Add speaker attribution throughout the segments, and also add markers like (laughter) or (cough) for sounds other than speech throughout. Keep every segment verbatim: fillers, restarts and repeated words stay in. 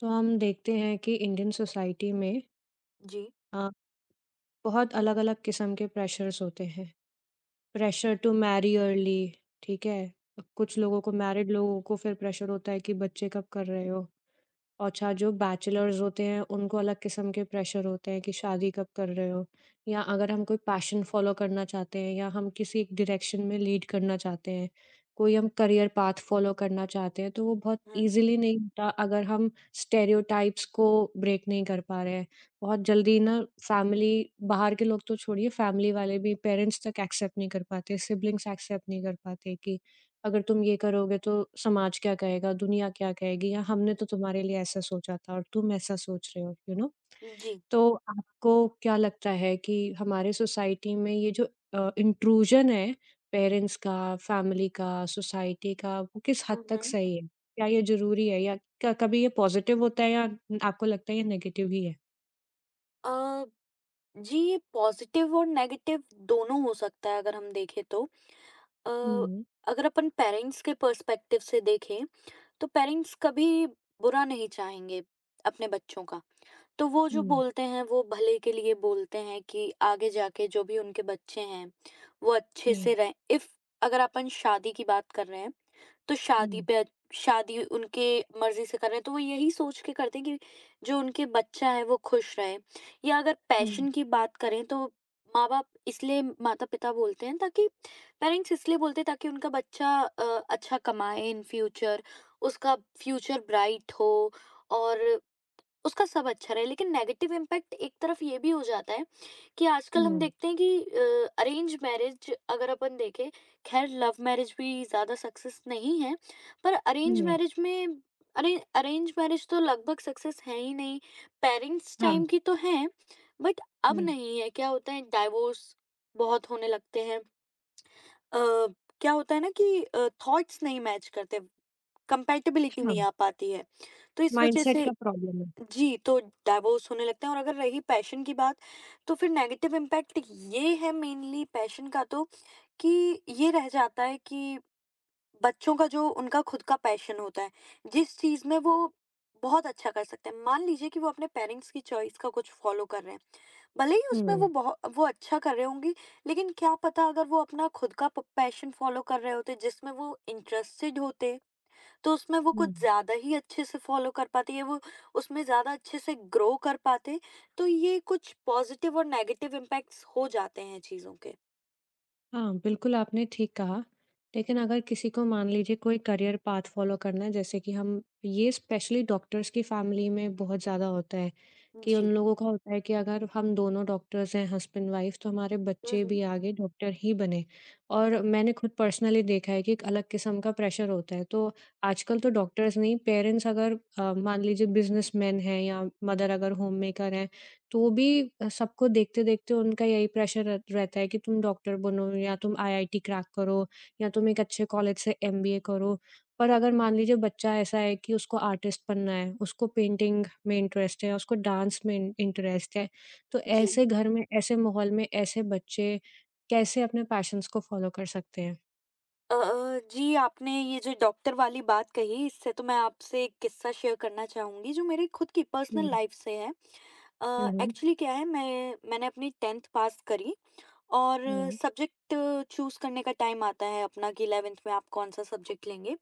Speaker 1: तो हम देखते हैं कि इंडियन सोसाइटी में
Speaker 2: जी।
Speaker 1: अ, बहुत अलग-अलग किस्म के प्रेशर्स होते हैं। प्रेशर टू मैरी अर्ली ठीक है? कुछ लोगों को मैरिड लोगों को फिर प्रेशर होता है कि बच्चे कब कर रहे हो? और अच्छा, जो बैचलर्स होते हैं, उनको अलग किस्म के प्रेशर होते हैं कि शादी कब कर रहे हो? या अगर हम कोई पैशन फ़ॉलो करना चाहते हैं या हम किसी एक डायरेक्शन में लीड करना चाहते हैं, कोई हम करियर पाथ फ़ॉलो करना चाहते हैं, तो वो बहुत
Speaker 2: हुँ।
Speaker 1: ईज़िली नहीं होता अगर हम स्टेरियोटाइप्स को ब्रेक नहीं कर पा रहे हैं। बहुत जल्दी ना फैमिली बाहर के लोग तो छोड़िए, फैमिली वाले भी पेरेंट्स तक एक्सेप्ट नहीं कर पाते, सिबलिंग्स एक्सेप्ट नहीं कर पाते कि अगर तुम ये करोगे तो समाज क्या कहेगा, दुनिया क्या कहेगी या हमने तो तुम्हारे लिए ऐसा सोचा था और तुम ऐसा सोच रहे हो, यू नो?
Speaker 2: जी।
Speaker 1: तो आपको क्या लगता है कि हमारे सोसाइटी में ये जो अ, इंट्रूजन है पेरेंट्स का, फैमिली का, सोसाइटी का, वो किस हद
Speaker 2: हुँ,
Speaker 1: तक
Speaker 2: हुँ।
Speaker 1: सही है? क्या ये ज़रूरी है या क कभी ये पॉज़िटिव होता है या आपको लगता है ये नेगेटिव ही है?
Speaker 2: अ, जी, ये पॉज़िटिव और नेगेटिव दोनों हो सकता है अगर हम देखें तो। अ,
Speaker 1: हुँ,
Speaker 2: अगर अपन पेरेंट्स के पर्सपेक्टिव से देखें, तो पेरेंट्स कभी बुरा नहीं चाहेंगे अपने बच्चों का। तो वो जो
Speaker 1: हुँ,
Speaker 2: बोलते हैं वो भले के लिए बोलते हैं कि आगे जाके जो भी उनके बच्चे हैं, वो अच्छे
Speaker 1: हुँ,
Speaker 2: से रहें। इफ अगर अपन शादी की बात कर रहे हैं तो शादी
Speaker 1: हुँ,
Speaker 2: पे शादी उनके मर्जी से कर रहे हैं तो वो यही सोच के करते हैं कि जो उनके बच्चा है वो खुश रहे। या अगर
Speaker 1: हुँ,
Speaker 2: पैशन की बात करें तो माँ बाप इसलिए माता पिता बोलते हैं ताकि पेरेंट्स इसलिए बोलते हैं ताकि उनका बच्चा अ, अच्छा कमाए इन फ्यूचर, उसका फ्यूचर ब्राइट हो और उसका सब अच्छा रहे। लेकिन नेगेटिव इम्पैक्ट एक तरफ ये भी हो जाता है कि आजकल हम
Speaker 1: हुँ,
Speaker 2: देखते हैं कि अरेंज मैरिज अगर अपन देखें, खैर लव मैरिज भी ज़्यादा सक्सेस नहीं है, पर अरेंज हम्म
Speaker 1: हुँ,
Speaker 2: मैरिज में, अरे अरेंज मैरिज तो लगभग सक्सेस है ही नहीं। पेरेंट्स
Speaker 1: हाँ,
Speaker 2: टाइम की तो है, बट अब
Speaker 1: हुँ,
Speaker 2: नहीं है। क्या होता है, डाइवोर्स बहुत होने लगते हैं। अ, क्या होता है ना कि थॉट्स नहीं मैच करते, कंपैटिबिलिटी
Speaker 1: हाँ,
Speaker 2: नहीं आ पाती है, तो इस वजह
Speaker 1: माइंडसेट
Speaker 2: से,
Speaker 1: का प्रॉब्लम है।
Speaker 2: जी, तो डाइवोर्स होने लगते हैं। और अगर रही पैशन की बात, तो फिर नेगेटिव इम्पैक्ट ये है मेनली पैशन का, तो कि ये रह जाता है कि बच्चों का जो उनका खुद का पैशन होता है, जिस चीज़ में वो बहुत अच्छा कर सकते हैं। मान लीजिए कि वो अपने पेरेंट्स की चॉइस का कुछ फ़ॉलो कर रहे हैं। भले ही उसमें
Speaker 1: हुँ,
Speaker 2: वो बहु वो अच्छा कर रहे होंगे, लेकिन क्या पता अगर वो अपना खुद का प पैशन फ़ॉलो कर रहे होते, जिसमें वो इंटरेस्टेड होते, तो उसमें वो
Speaker 1: हुँ।
Speaker 2: कुछ ज़्यादा ही अच्छे से फ़ॉलो कर पाते या वो उसमें ज़्यादा अच्छे से ग्रो कर पाते। तो ये कुछ पॉज़िटिव और नेगेटिव इम्पैक्ट्स हो जाते हैं चीज़ों के।
Speaker 1: हाँ, बिल्कुल आपने ठीक कहा। लेकिन अगर किसी को मान लीजिए कोई करियर पाथ फ़ॉलो करना है जैसे कि हम ये स्पेशली डॉक्टर्स की फ़ैमिली में बहुत ज़्यादा होता है कि उन
Speaker 2: जी।
Speaker 1: लोगों का होता है कि अगर हम दोनों डॉक्टर्स हैं हस्बैंड वाइफ़ तो हमारे
Speaker 2: हुँ,
Speaker 1: बच्चे भी
Speaker 2: हुँ।
Speaker 1: आगे डॉक्टर ही बने। और मैंने खुद पर्सनली देखा है कि एक अलग किस्म का प्रेशर होता है। तो आजकल तो डॉक्टर्स नहीं पेरेंट्स अगर अ, मान लीजिए बिज़नेसमैन हैं या मदर अगर होममेकर हैं तो वो भी अ, सबको देखते-देखते उनका यही प्रेशर रह रहता है कि तुम डॉक्टर बनो या तुम आईआईटी क्रैक करो या तुम एक अच्छे कॉलेज से एमबीए करो। पर अगर मान लीजिए बच्चा ऐसा है कि उसको आर्टिस्ट बनना है, उसको पेंटिंग में इंटरेस्ट है, उसको डांस में इन इंटरेस्ट है, तो
Speaker 2: जी।
Speaker 1: ऐसे घर में, ऐसे माहौल में, ऐसे बच्चे कैसे अपने पैशन्स को फॉलो कर सकते हैं?
Speaker 2: अ अ, जी, आपने ये जो डॉक्टर वाली बात कही, इससे तो मैं आपसे एक किस्सा शेयर करना चाहूँगी जो मेरी खुद की
Speaker 1: हुँ,
Speaker 2: पर्सनल
Speaker 1: हुँ,
Speaker 2: लाइफ़ से है। अ,
Speaker 1: हुँ,
Speaker 2: एक्चुअली क्या है, मैं मैंने अपनी दसवीं पास करी और
Speaker 1: हुँ,
Speaker 2: सब्जेक्ट चूज़ करने का टाइम आता है अपना कि ग्यारहवीं में आप कौन-सा सब्जेक्ट लेंगे।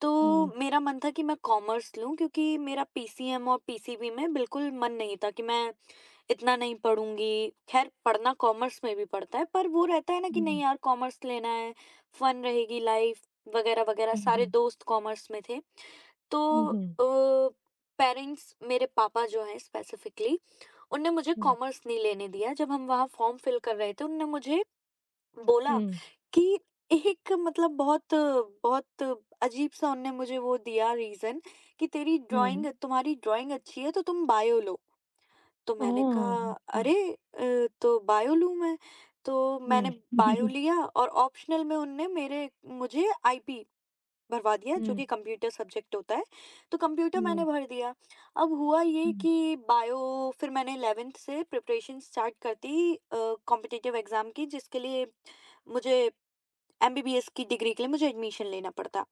Speaker 2: तो
Speaker 1: हुँ,
Speaker 2: मेरा मन था कि मैं कॉमर्स लूँ क्योंकि मेरा पीसीएम और पीसीबी में बिल्कुल मन नहीं था कि मैं इतना नहीं पढ़ूँगी। ख़ैर पढ़ना कॉमर्स में भी पड़ता है, पर वो रहता है ना कि नहीं
Speaker 1: हुँ,
Speaker 2: यार कॉमर्स लेना है, फ़न रहेगी लाइफ़ वग़ैरह-वग़ैरह,
Speaker 1: हुँ,
Speaker 2: सारे
Speaker 1: हुँ,
Speaker 2: दोस्त कॉमर्स में थे। तो
Speaker 1: हुँ,
Speaker 2: अ, पेरेंट्स मेरे पापा जो हैं स्पेसिफ़िकली, उनने मुझे
Speaker 1: हुँ,
Speaker 2: कॉमर्स नहीं लेने दिया। जब हम वहाँ फ़ॉर्म फ़िल कर रहे थे, उन्होंने मुझे बोला
Speaker 1: हुँ,
Speaker 2: कि एक मतलब बहुत बहुत अजीब-सा उनने मुझे वो दिया रीज़न कि तेरी ड्राइंग
Speaker 1: हुँ,
Speaker 2: तुम्हारी ड्राइंग अच्छी है तो तुम बायो लो। तो मैंने
Speaker 1: ओह!
Speaker 2: कहा
Speaker 1: अच्छा,
Speaker 2: अरे अ, तो बायो लूँ मैं। तो
Speaker 1: हुँ।
Speaker 2: मैंने बायो
Speaker 1: हुँ। (laughs)
Speaker 2: लिया और ऑप्शनल में उनने मेरे मुझे आईपी भरवा दिया जो कि कंप्यूटर सब्जेक्ट होता है। तो कंप्यूटर
Speaker 1: हुँ,
Speaker 2: मैंने भर दिया। अब हुआ ये
Speaker 1: हुँ।
Speaker 2: कि बायो फिर मैंने ग्यारहवीं से प्रिपरेशन स्टार्ट कर दी अ, कॉम्पिटिटिव एग्ज़ाम की, जिसके लिए मुझे एमबीबीएस की डिग्री के लिए मुझे एडमिशन लेना पड़ता,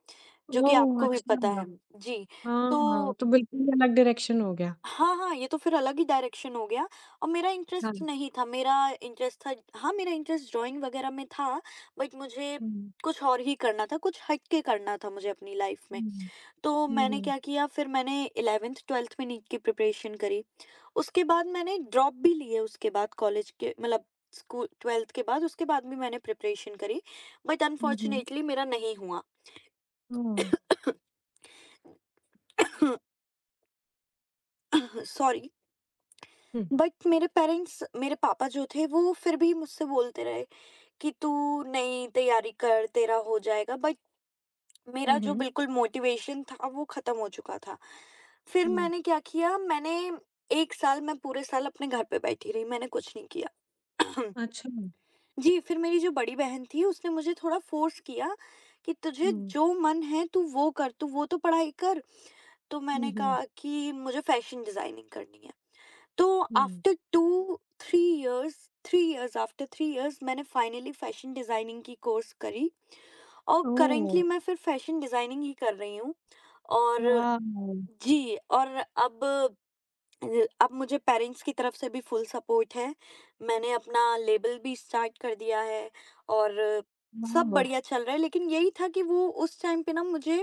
Speaker 2: जो कि
Speaker 1: ओह!
Speaker 2: आपको भी पता
Speaker 1: अच्छा।
Speaker 2: है। जी,
Speaker 1: हाँ, हाँ,
Speaker 2: तो
Speaker 1: तो बिल्कुल ही अलग डायरेक्शन हो गया।
Speaker 2: हाँ, हाँ, ये तो फिर अलग ही डायरेक्शन हो गया और मेरा
Speaker 1: हाँ।
Speaker 2: इंटरेस्ट नहीं था, मेरा इंटरेस्ट था हाँ, मेरा इंटरेस्ट ड्राइंग वगैरह में था, बट मुझे
Speaker 1: हुँ,
Speaker 2: कुछ और ही करना था, कुछ हट के करना था मुझे अपनी लाइफ़ में।
Speaker 1: हुँ,
Speaker 2: तो मैंने
Speaker 1: हुँ,
Speaker 2: क्या किया, फिर मैंने ग्यारहवीं-बारहवीं में नीट की प्रिपरेशन करी। उसके बाद मैंने ड्रॉप भी लिए, उसके बाद कॉलेज के मतलब स्कूल बारहवीं के बाद, उसके बाद भी मैंने प्रिपरेशन करी, बट
Speaker 1: हुँ, हुँ,
Speaker 2: अनफॉर्चुनेटली मेरा नहीं हुआ।
Speaker 1: ओह!
Speaker 2: (coughs) सॉरी।
Speaker 1: हुँ,
Speaker 2: बट मेरे पेरेंट्स मेरे पापा जो थे वो फिर भी मुझसे बोलते रहे कि तू नहीं, तैयारी कर तेरा हो जाएगा, बट
Speaker 1: हुँ,
Speaker 2: मेरा जो
Speaker 1: हुँ,
Speaker 2: बिल्कुल मोटिवेशन था वो खत्म हो चुका था। फिर
Speaker 1: हुँ,
Speaker 2: मैंने क्या किया, मैंने एक साल मैं पूरे साल अपने घर पे बैठी रही, मैंने कुछ नहीं किया। (coughs)
Speaker 1: अच्छा।
Speaker 2: (clears throat) जी, फिर मेरी जो बड़ी बहन थी उसने मुझे थोड़ा फोर्स किया कि तुझे
Speaker 1: हुँ,
Speaker 2: जो मन है तू वो कर, तू वो तो पढ़ाई कर। तो
Speaker 1: हुँ,
Speaker 2: मैंने
Speaker 1: हुँ,
Speaker 2: कहा कि मुझे फैशन डिजाइनिंग करनी है। तो
Speaker 1: हुँ,
Speaker 2: आफ्टर 2-3 इयर्स 3 इयर्स आफ्टर तीन इयर्स मैंने फाइनली फैशन डिज़ाइनिंग की कोर्स करी और
Speaker 1: ओह!
Speaker 2: करंटली मैं फिर फैशन डिज़ाइनिंग ही कर रही हूँ। और
Speaker 1: वाव!
Speaker 2: जी, और अब अ, अब मुझे पेरेंट्स की तरफ से भी फुल सपोर्ट है। मैंने अपना लेबल भी स्टार्ट कर दिया है और सब
Speaker 1: वाव!
Speaker 2: बढ़िया चल रहा है। लेकिन यही था कि वो उस टाइम पे ना मुझे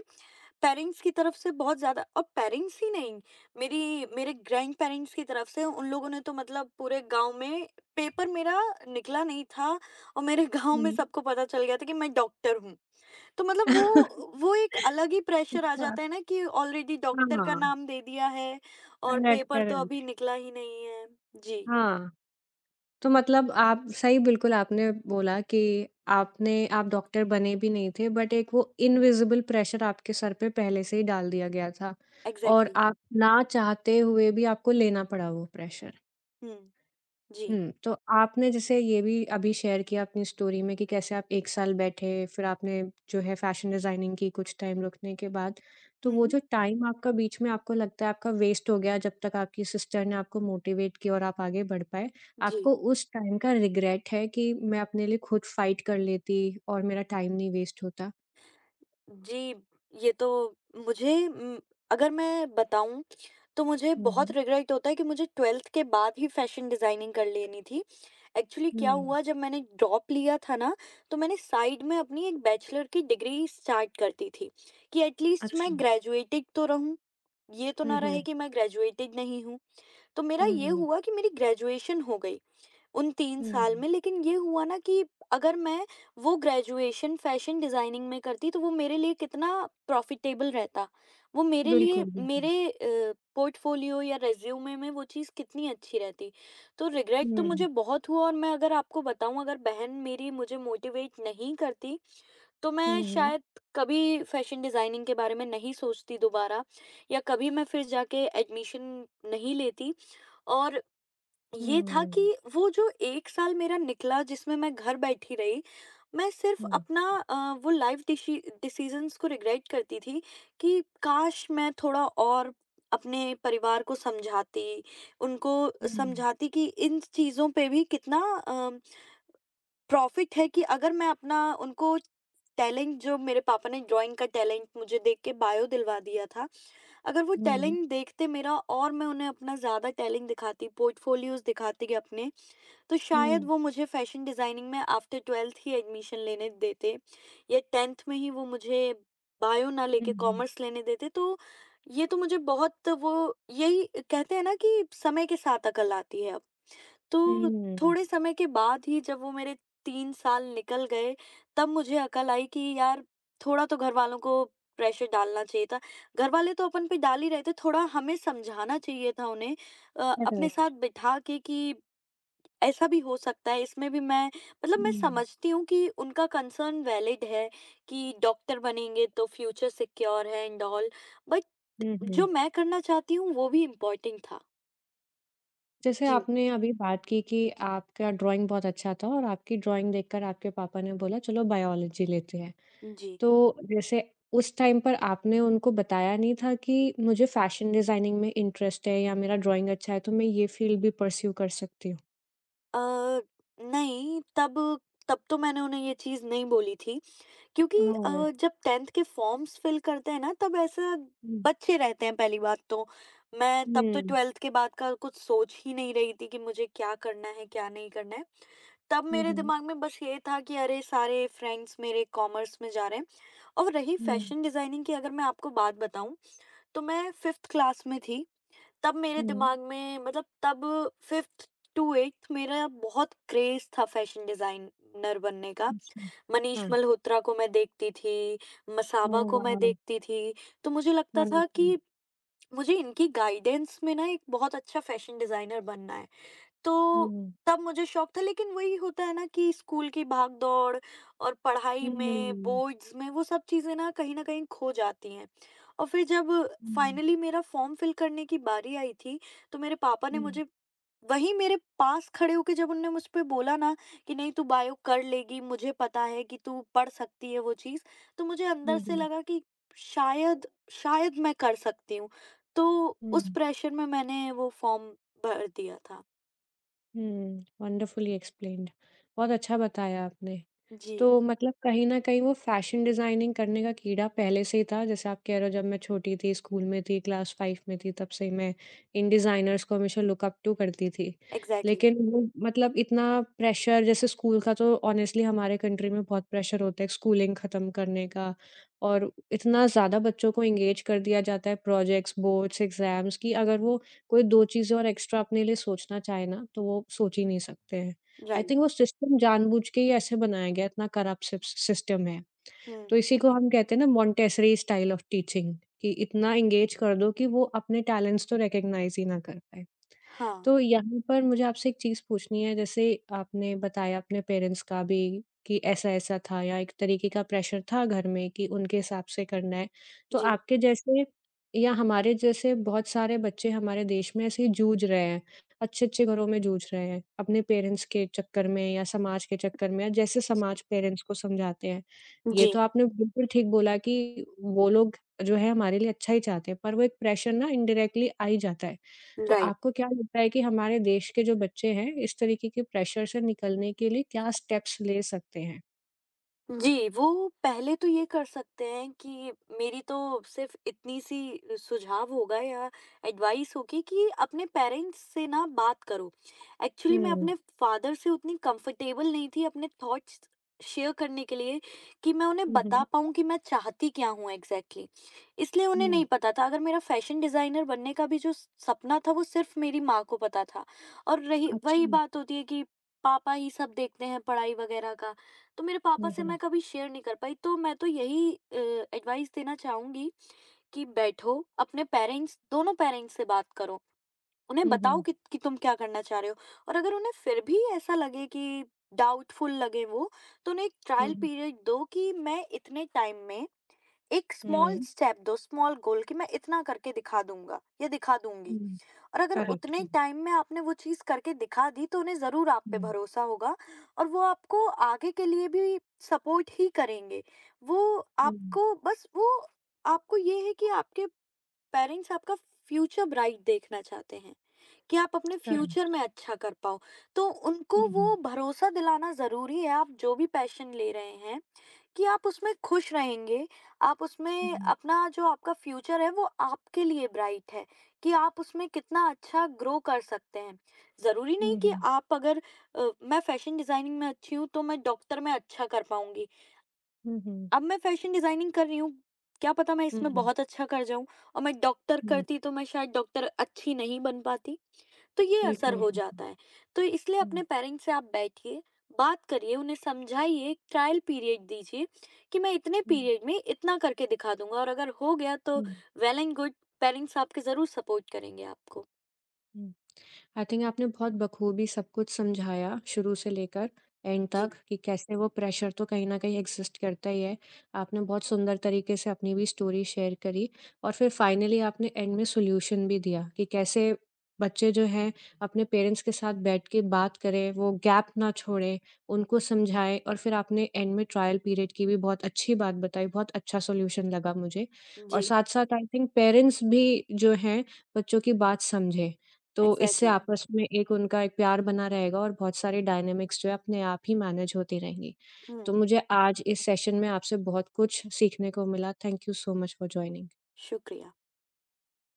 Speaker 2: पेरेंट्स की तरफ से बहुत ज़्यादा, और पेरेंट्स ही नहीं, मेरी मेरे ग्रैंडपेरेंट्स की तरफ से, उन लोगों ने तो मतलब पूरे गाँव में, पेपर मेरा निकला नहीं था और मेरे (laughs) गाँव में
Speaker 1: हुँ।
Speaker 2: सबको पता चल गया था कि मैं डॉक्टर हूँ। तो मतलब वो
Speaker 1: (laughs)
Speaker 2: वो एक अलग ही प्रेशर आ
Speaker 1: अच्छा,
Speaker 2: जाता है ना कि ऑलरेडी डॉक्टर का
Speaker 1: हाँ,
Speaker 2: नाम दे दिया है और
Speaker 1: करेक्ट,
Speaker 2: पेपर तो
Speaker 1: करेक्ट,
Speaker 2: अभी निकला ही नहीं है। जी।
Speaker 1: हाँ। तो मतलब आप सही बिल्कुल आपने बोला कि आपने आप डॉक्टर बने भी नहीं थे बट एक वो इनविजिबल प्रेशर आपके सर पे पहले से ही डाल दिया गया था और
Speaker 2: एग्ज़ैक्टली।
Speaker 1: आप ना चाहते हुए भी आपको लेना पड़ा वो प्रेशर
Speaker 2: हुँ, जी।
Speaker 1: हुँ, तो आपने जैसे ये भी अभी शेयर किया अपनी स्टोरी में कि कैसे आप एक साल बैठे, फिर आपने जो है फैशन डिज़ाइनिंग की कुछ टाइम रुकने के बाद। तो वो
Speaker 2: हुँ,
Speaker 1: जो टाइम आपका बीच में आपको लगता है आपका वेस्ट हो गया, जब तक आपकी सिस्टर ने आपको मोटिवेट किया और आप आगे बढ़ पाए,
Speaker 2: जी।
Speaker 1: आपको उस टाइम का रिग्रेट है कि मैं अपने लिए खुद फाइट कर लेती और मेरा टाइम नहीं वेस्ट होता?
Speaker 2: जी, ये तो मुझे उम, अगर मैं बताऊँ तो मुझे
Speaker 1: हुँ,
Speaker 2: बहुत
Speaker 1: हुँ।
Speaker 2: रिग्रेट होता है कि मुझे बारहवीं के बाद ही फैशन डिज़ाइनिंग कर लेनी थी। एक्चुअली क्या
Speaker 1: हुँ।
Speaker 2: हुआ, जब मैंने ड्रॉप लिया था ना, तो मैंने साइड में अपनी एक बैचलर की डिग्री स्टार्ट कर दी थी कि एटलीस्ट
Speaker 1: अच्छा।
Speaker 2: मैं ग्रेजुएटेड तो रहूँ, ये तो ना
Speaker 1: हुँ,
Speaker 2: हुँ। रहे
Speaker 1: हुँ।
Speaker 2: कि मैं ग्रेजुएटेड नहीं हूँ। तो मेरा
Speaker 1: हुँ,
Speaker 2: ये
Speaker 1: हुँ।
Speaker 2: हुआ कि मेरी ग्रेजुएशन हो गई उन तीन साल
Speaker 1: हुँ।
Speaker 2: में, लेकिन ये हुआ ना कि अगर मैं वो ग्रेजुएशन फैशन डिज़ाइनिंग में करती तो वो मेरे लिए कितना प्रॉफ़िटेबल रहता। वो मेरे जी, लिए
Speaker 1: बिल्कुल, बिल्कुल।
Speaker 2: मेरे अ, पोर्टफ़ोलियो या रिज़्यूमे में वो चीज़ कितनी अच्छी रहती। तो रिग्रेट तो हुँ। मुझे
Speaker 1: हुँ,
Speaker 2: बहुत हुआ और मैं अगर आपको बताऊँ, अगर बहन मेरी मुझे मोटिवेट नहीं करती, तो मैं
Speaker 1: हुँ,
Speaker 2: हुँ।
Speaker 1: हुँ।
Speaker 2: शायद कभी फैशन डिज़ाइनिंग के बारे में नहीं सोचती दोबारा, या कभी मैं फिर जाके एडमिशन नहीं लेती। और ये था
Speaker 1: हुँ,
Speaker 2: कि वो जो एक साल मेरा निकला जिसमें मैं घर बैठी रही, मैं सिर्फ़ अपना अ, वो लाइफ़ डिशि डिसीज़न्स को रिग्रेट करती थी कि काश मैं थोड़ा और अपने परिवार को समझाती, उनको
Speaker 1: हुँ।
Speaker 2: समझाती कि इन चीज़ों पे भी कितना अ, प्रॉफ़िट है कि अगर मैं अपना उनको टैलेंट, जो मेरे पापा ने ड्राइंग का टैलेंट मुझे देख के बायो दिलवा दिया था, अगर वो
Speaker 1: हुँ।
Speaker 2: टैलेंट देखते मेरा और मैं उन्हें अपना ज़्यादा टैलेंट दिखाती, पोर्टफोलियोज़ दिखाती, कि अपने तो शायद
Speaker 1: हुँ।
Speaker 2: वो मुझे फैशन डिज़ाइनिंग में आफ्टर बारहवीं ही एडमिशन लेने देते या दसवीं में ही वो मुझे बायो ना
Speaker 1: हुँ,
Speaker 2: लेके
Speaker 1: हुँ।
Speaker 2: कॉमर्स लेने देते। तो ये तो मुझे बहुत वो, यही कहते हैं ना कि समय के साथ अकल आती है अब। तो
Speaker 1: हुँ,
Speaker 2: थोड़े समय के बाद ही जब वो मेरे तीन साल निकल गए, तब मुझे अकल आई कि यार थोड़ा तो घर वालों को प्रेशर डालना चाहिए था। घर वाले तो अपन पे डाल ही रहे थे, थोड़ा हमें समझाना चाहिए था उन्हें अ, अपने
Speaker 1: करेक्ट।
Speaker 2: साथ बिठा के कि ऐसा भी हो सकता है, इसमें भी मैं मतलब मैं
Speaker 1: हुँ।
Speaker 2: समझती हूँ कि उनका कंसर्न वैलिड है कि डॉक्टर बनेंगे तो फ्यूचर सिक्योर है एंड ऑल, बट
Speaker 1: हुँ, हुँ।
Speaker 2: जो मैं करना चाहती हूँ वो भी इम्पोर्टेंट था।
Speaker 1: जैसे
Speaker 2: जी।
Speaker 1: आपने अभी बात की कि आपका ड्राइंग बहुत अच्छा था और आपकी ड्राइंग देखकर आपके पापा ने बोला चलो बायोलॉजी लेते हैं।
Speaker 2: जी।
Speaker 1: तो जैसे उस टाइम पर आपने उनको बताया नहीं था कि मुझे फैशन डिज़ाइनिंग में इंटरेस्ट है या मेरा ड्राइंग अच्छा है तो मैं ये फ़ील्ड भी परस्यू कर सकती हूँ?
Speaker 2: अ, नहीं तब, तब तो मैंने उन्हें ये चीज़ नहीं बोली थी क्योंकि
Speaker 1: ओह!
Speaker 2: हम्म, अ, जब टेंथ के फॉर्म्स फिल करते हैं ना तब ऐसा
Speaker 1: हुँ।
Speaker 2: बच्चे रहते हैं, पहली बात तो मैं तब तो
Speaker 1: हुँ।
Speaker 2: ट्वेल्थ के बाद का कुछ सोच ही नहीं रही थी कि मुझे क्या करना है क्या नहीं करना है। तब
Speaker 1: हुँ,
Speaker 2: मेरे
Speaker 1: हुँ।
Speaker 2: दिमाग में बस ये था कि अरे सारे फ्रेंड्स मेरे कॉमर्स में जा रहे हैं। और रही
Speaker 1: हुँ,
Speaker 2: फैशन डिजाइनिंग की, अगर मैं आपको बात बताऊं, तो मैं फिफ्थ क्लास में थी, तब मेरे
Speaker 1: हुँ।
Speaker 2: दिमाग में मतलब, तब फिफ्थ टू एट्थ मेरा बहुत क्रेज था फैशन डिजाइनर बनने का।
Speaker 1: अच्छा।
Speaker 2: मनीष
Speaker 1: हाँ।
Speaker 2: मल्होत्रा को मैं देखती थी, मसाबा
Speaker 1: ओह
Speaker 2: को मैं
Speaker 1: वाओ!
Speaker 2: देखती थी। तो मुझे लगता था
Speaker 1: वंडरफुल।
Speaker 2: कि मुझे इनकी गाइडेंस में ना एक बहुत अच्छा फैशन डिजाइनर बनना है। तो
Speaker 1: हुँ।
Speaker 2: तब मुझे शौक था, लेकिन वही होता है ना कि स्कूल की भाग-दौड़ और पढ़ाई हुँ। में,
Speaker 1: हुँ।
Speaker 2: बोर्ड्स में, वो सब चीज़ें ना कहीं न कहीं खो जाती हैं। और फिर जब
Speaker 1: हुँ,
Speaker 2: फाइनली मेरा फॉर्म फिल करने की बारी आई थी, तो मेरे पापा ने
Speaker 1: हुँ।
Speaker 2: मुझे वहीं मेरे पास खड़े होके जब उन्होंने मुझ पे बोला ना कि नहीं तू बायो कर लेगी, मुझे पता है कि तू पढ़ सकती है वो चीज़, तो मुझे अंदर हुँ।
Speaker 1: हुँ,
Speaker 2: से
Speaker 1: हुँ,
Speaker 2: लगा कि शायद शायद मैं कर सकती हूँ। तो उस
Speaker 1: हुँ,
Speaker 2: प्रेशर में मैंने वो फॉर्म भर दिया था।
Speaker 1: हुँ। वंडरफुली एक्सप्लेन्ड बहुत अच्छा बताया आपने।
Speaker 2: जी।
Speaker 1: तो मतलब कहीं न कहीं वो फ़ैशन डिज़ाइनिंग करने का कीड़ा पहले से ही था, जैसे आप कह रहे हो जब मैं छोटी थी, स्कूल में थी, क्लास फ़ाइव में थी, तब से ही मैं इन डिज़ाइनर्स को हमेशा लुक अप टू करती थी।
Speaker 2: एग्ज़ैक्टली।
Speaker 1: लेकिन वो मतलब इतना प्रेशर जैसे स्कूल का तो ऑनेस्टली हमारे कंट्री में बहुत प्रेशर होता है स्कूलिंग ख़त्म करने का और इतना ज़्यादा बच्चों को एंगेज कर दिया जाता है प्रोजेक्ट्स, बोर्ड्स, एग्ज़ाम्स कि अगर वो कोई दो चीज़ें और एक्स्ट्रा अपने लिए सोचना चाहे ना, तो वो सोच ही नहीं सकते हैं। I
Speaker 2: right.
Speaker 1: थिंक वो सिस्टम जानबूझ के ही ऐसे बनाया गया है, इतना करप्ट सिस सिस्टम है। तो
Speaker 2: हुँ।
Speaker 1: इसी को हम कहते हैं ना मोंटेसरी स्टाइल ऑफ टीचिंग कि इतना एंगेज कर दो कि वो अपने टैलेंट्स तो रिकॉग्नाइज़ ही ना कर पाए।
Speaker 2: हाँ।
Speaker 1: तो यहाँ पर मुझे आपसे एक चीज़ पूछनी है, जैसे आपने बताया अपने पेरेंट्स का भी कि ऐसा-ऐसा था या एक तरीके का प्रेशर था घर में कि उनके हिसाब से करना है। तो
Speaker 2: जी।
Speaker 1: आपके जैसे या हमारे जैसे बहुत सारे बच्चे हमारे देश में ऐसे ही जूझ रहे हैं, अच्छे-अच्छे घरों में जूझ रहे हैं, अपने पेरेंट्स के चक्कर में या समाज के चक्कर में या जैसे समाज पेरेंट्स को समझाते हैं। ये
Speaker 2: जी।
Speaker 1: तो आपने बिल्कुल ठीक बोला कि वो लोग जो है हमारे लिए अच्छा ही चाहते हैं, पर वो एक प्रेशर ना इनडायरेक्टली आ ही जाता है। तो
Speaker 2: राइट।
Speaker 1: आपको क्या लगता है कि हमारे देश के जो बच्चे हैं, इस तरीके के प्रेशर से निकलने के लिए क्या स्टेप्स ले सकते हैं?
Speaker 2: जी, वो पहले तो ये कर सकते हैं कि मेरी तो सिर्फ़ इतनी-सी सुझाव होगा या एडवाइस होगी कि अपने पेरेंट्स से ना बात करो। एक्चुअली मैं
Speaker 1: हुँ।
Speaker 2: अपने फ़ादर से उतनी कंफ़र्टेबल नहीं थी अपने थॉट्स शेयर करने के लिए कि मैं उन्हें
Speaker 1: हुँ,
Speaker 2: बता
Speaker 1: हुँ,
Speaker 2: पाऊँ कि मैं चाहती क्या हूँ एग्ज़ैक्टली। इसलिए उन्हें
Speaker 1: हुँ।
Speaker 2: नहीं पता था, अगर मेरा फ़ैशन डिज़ाइनर बनने का भी जो सपना था वो सिर्फ़ मेरी माँ को पता था। और रही वही
Speaker 1: अच्छा।
Speaker 2: बात होती है कि पापा ही सब देखते हैं पढ़ाई वग़ैरह का। तो मेरे पापा
Speaker 1: हुँ,
Speaker 2: से मैं
Speaker 1: हुँ।
Speaker 2: कभी शेयर नहीं कर पाई, तो मैं तो यही एडवाइस देना चाहूंगी कि बैठो अपने पेरेंट्स दोनों पेरेंट्स से बात करो, उन्हें
Speaker 1: हुँ,
Speaker 2: बताओ
Speaker 1: हुँ।
Speaker 2: कि, कि तुम क्या करना चाह रहे हो। और अगर उन्हें फिर भी ऐसा लगे कि डाउटफुल लगे वो, तो उन्हें एक
Speaker 1: हुँ,
Speaker 2: ट्रायल
Speaker 1: हुँ।
Speaker 2: पीरियड दो कि मैं इतने टाइम में एक स्मॉल
Speaker 1: हुँ।
Speaker 2: स्टेप, दो स्मॉल गोल, कि मैं इतना करके दिखा दूंगा या दिखा दूंगी।
Speaker 1: हुँ।
Speaker 2: और अगर
Speaker 1: करेक्ट
Speaker 2: उतने
Speaker 1: है।
Speaker 2: टाइम में आपने वो चीज़ करके दिखा दी तो उन्हें ज़रूर आप पे
Speaker 1: हुँ।
Speaker 2: भरोसा होगा और वो आपको आगे के लिए भी सपोर्ट ही करेंगे। वो
Speaker 1: हुँ।
Speaker 2: आपको बस वो, आपको ये है कि आपके पेरेंट्स आपका फ्यूचर ब्राइट देखना चाहते हैं, कि आप अपने हुँ। Future
Speaker 1: correct.
Speaker 2: में अच्छा कर पाओ। तो
Speaker 1: हुँ,
Speaker 2: उनको
Speaker 1: हुँ।
Speaker 2: वो भरोसा दिलाना ज़रूरी है, आप जो भी पैशन ले रहे हैं, कि आप उसमें खुश रहेंगे, आप उसमें
Speaker 1: हुँ,
Speaker 2: अपना, जो आपका फ्यूचर है वो आपके लिए ब्राइट है, कि आप उसमें कितना अच्छा ग्रो कर सकते हैं। ज़रूरी नहीं कि
Speaker 1: हुँ।
Speaker 2: आप अगर अ, मैं फैशन डिज़ाइनिंग में अच्छी हूँ तो मैं डॉक्टर में अच्छा कर पाऊँगी।
Speaker 1: हुँ, हुँ।
Speaker 2: अब मैं फैशन डिज़ाइनिंग कर रही हूँ, क्या पता मैं
Speaker 1: हुँ,
Speaker 2: इसमें
Speaker 1: हुँ।
Speaker 2: बहुत अच्छा कर जाऊँ, और मैं डॉक्टर
Speaker 1: हुँ,
Speaker 2: करती तो मैं शायद डॉक्टर अच्छी नहीं बन पाती। तो ये असर
Speaker 1: बिल्कुल,
Speaker 2: हो
Speaker 1: बिल्कुल।
Speaker 2: जाता है। तो इसलिए
Speaker 1: हुँ,
Speaker 2: अपने पेरेंट्स से आप बैठिए, बात करिए, उन्हें समझाइए, ट्रायल पीरियड दीजिए कि मैं इतने
Speaker 1: हुँ,
Speaker 2: पीरियड में इतना करके दिखा दूँगा और अगर हो गया तो
Speaker 1: हुँ,
Speaker 2: वेल एंड गुड, पेरेंट्स आपके ज़रूर सपोर्ट करेंगे आपको।
Speaker 1: हुँ। आई थिंक आपने बहुत बखूबी सब कुछ समझाया शुरू से लेकर एंड
Speaker 2: जी।
Speaker 1: तक कि कैसे वो प्रेशर तो कहीं न कहीं एग्ज़िस्ट करता ही है। आपने बहुत सुंदर तरीके से अपनी भी स्टोरी शेयर करी और फिर फाइनली आपने एंड में सॉल्यूशन भी दिया कि कैसे बच्चे जो हैं अपने पेरेंट्स के साथ बैठ के बात करें, वो गैप ना छोड़ें, उनको समझाएँ और फिर आपने एंड में ट्रायल पीरियड की भी बहुत अच्छी बात बताई, बहुत अच्छा सॉल्यूशन लगा मुझे। और
Speaker 2: जी।
Speaker 1: साथ-साथ आई थिंक पेरेंट्स भी जो हैं बच्चों की बात समझें। तो इससे
Speaker 2: एग्ज़ैक्टली।
Speaker 1: आपस में एक उनका एक प्यार बना रहेगा और बहुत सारी डायनामिक्स जो है अपने आप ही मैनेज होती रहेंगी। तो
Speaker 2: हुँ।
Speaker 1: मुझे आज इस सेशन में आपसे बहुत कुछ सीखने को मिला। Thank you so much for joining.
Speaker 2: शुक्रिया।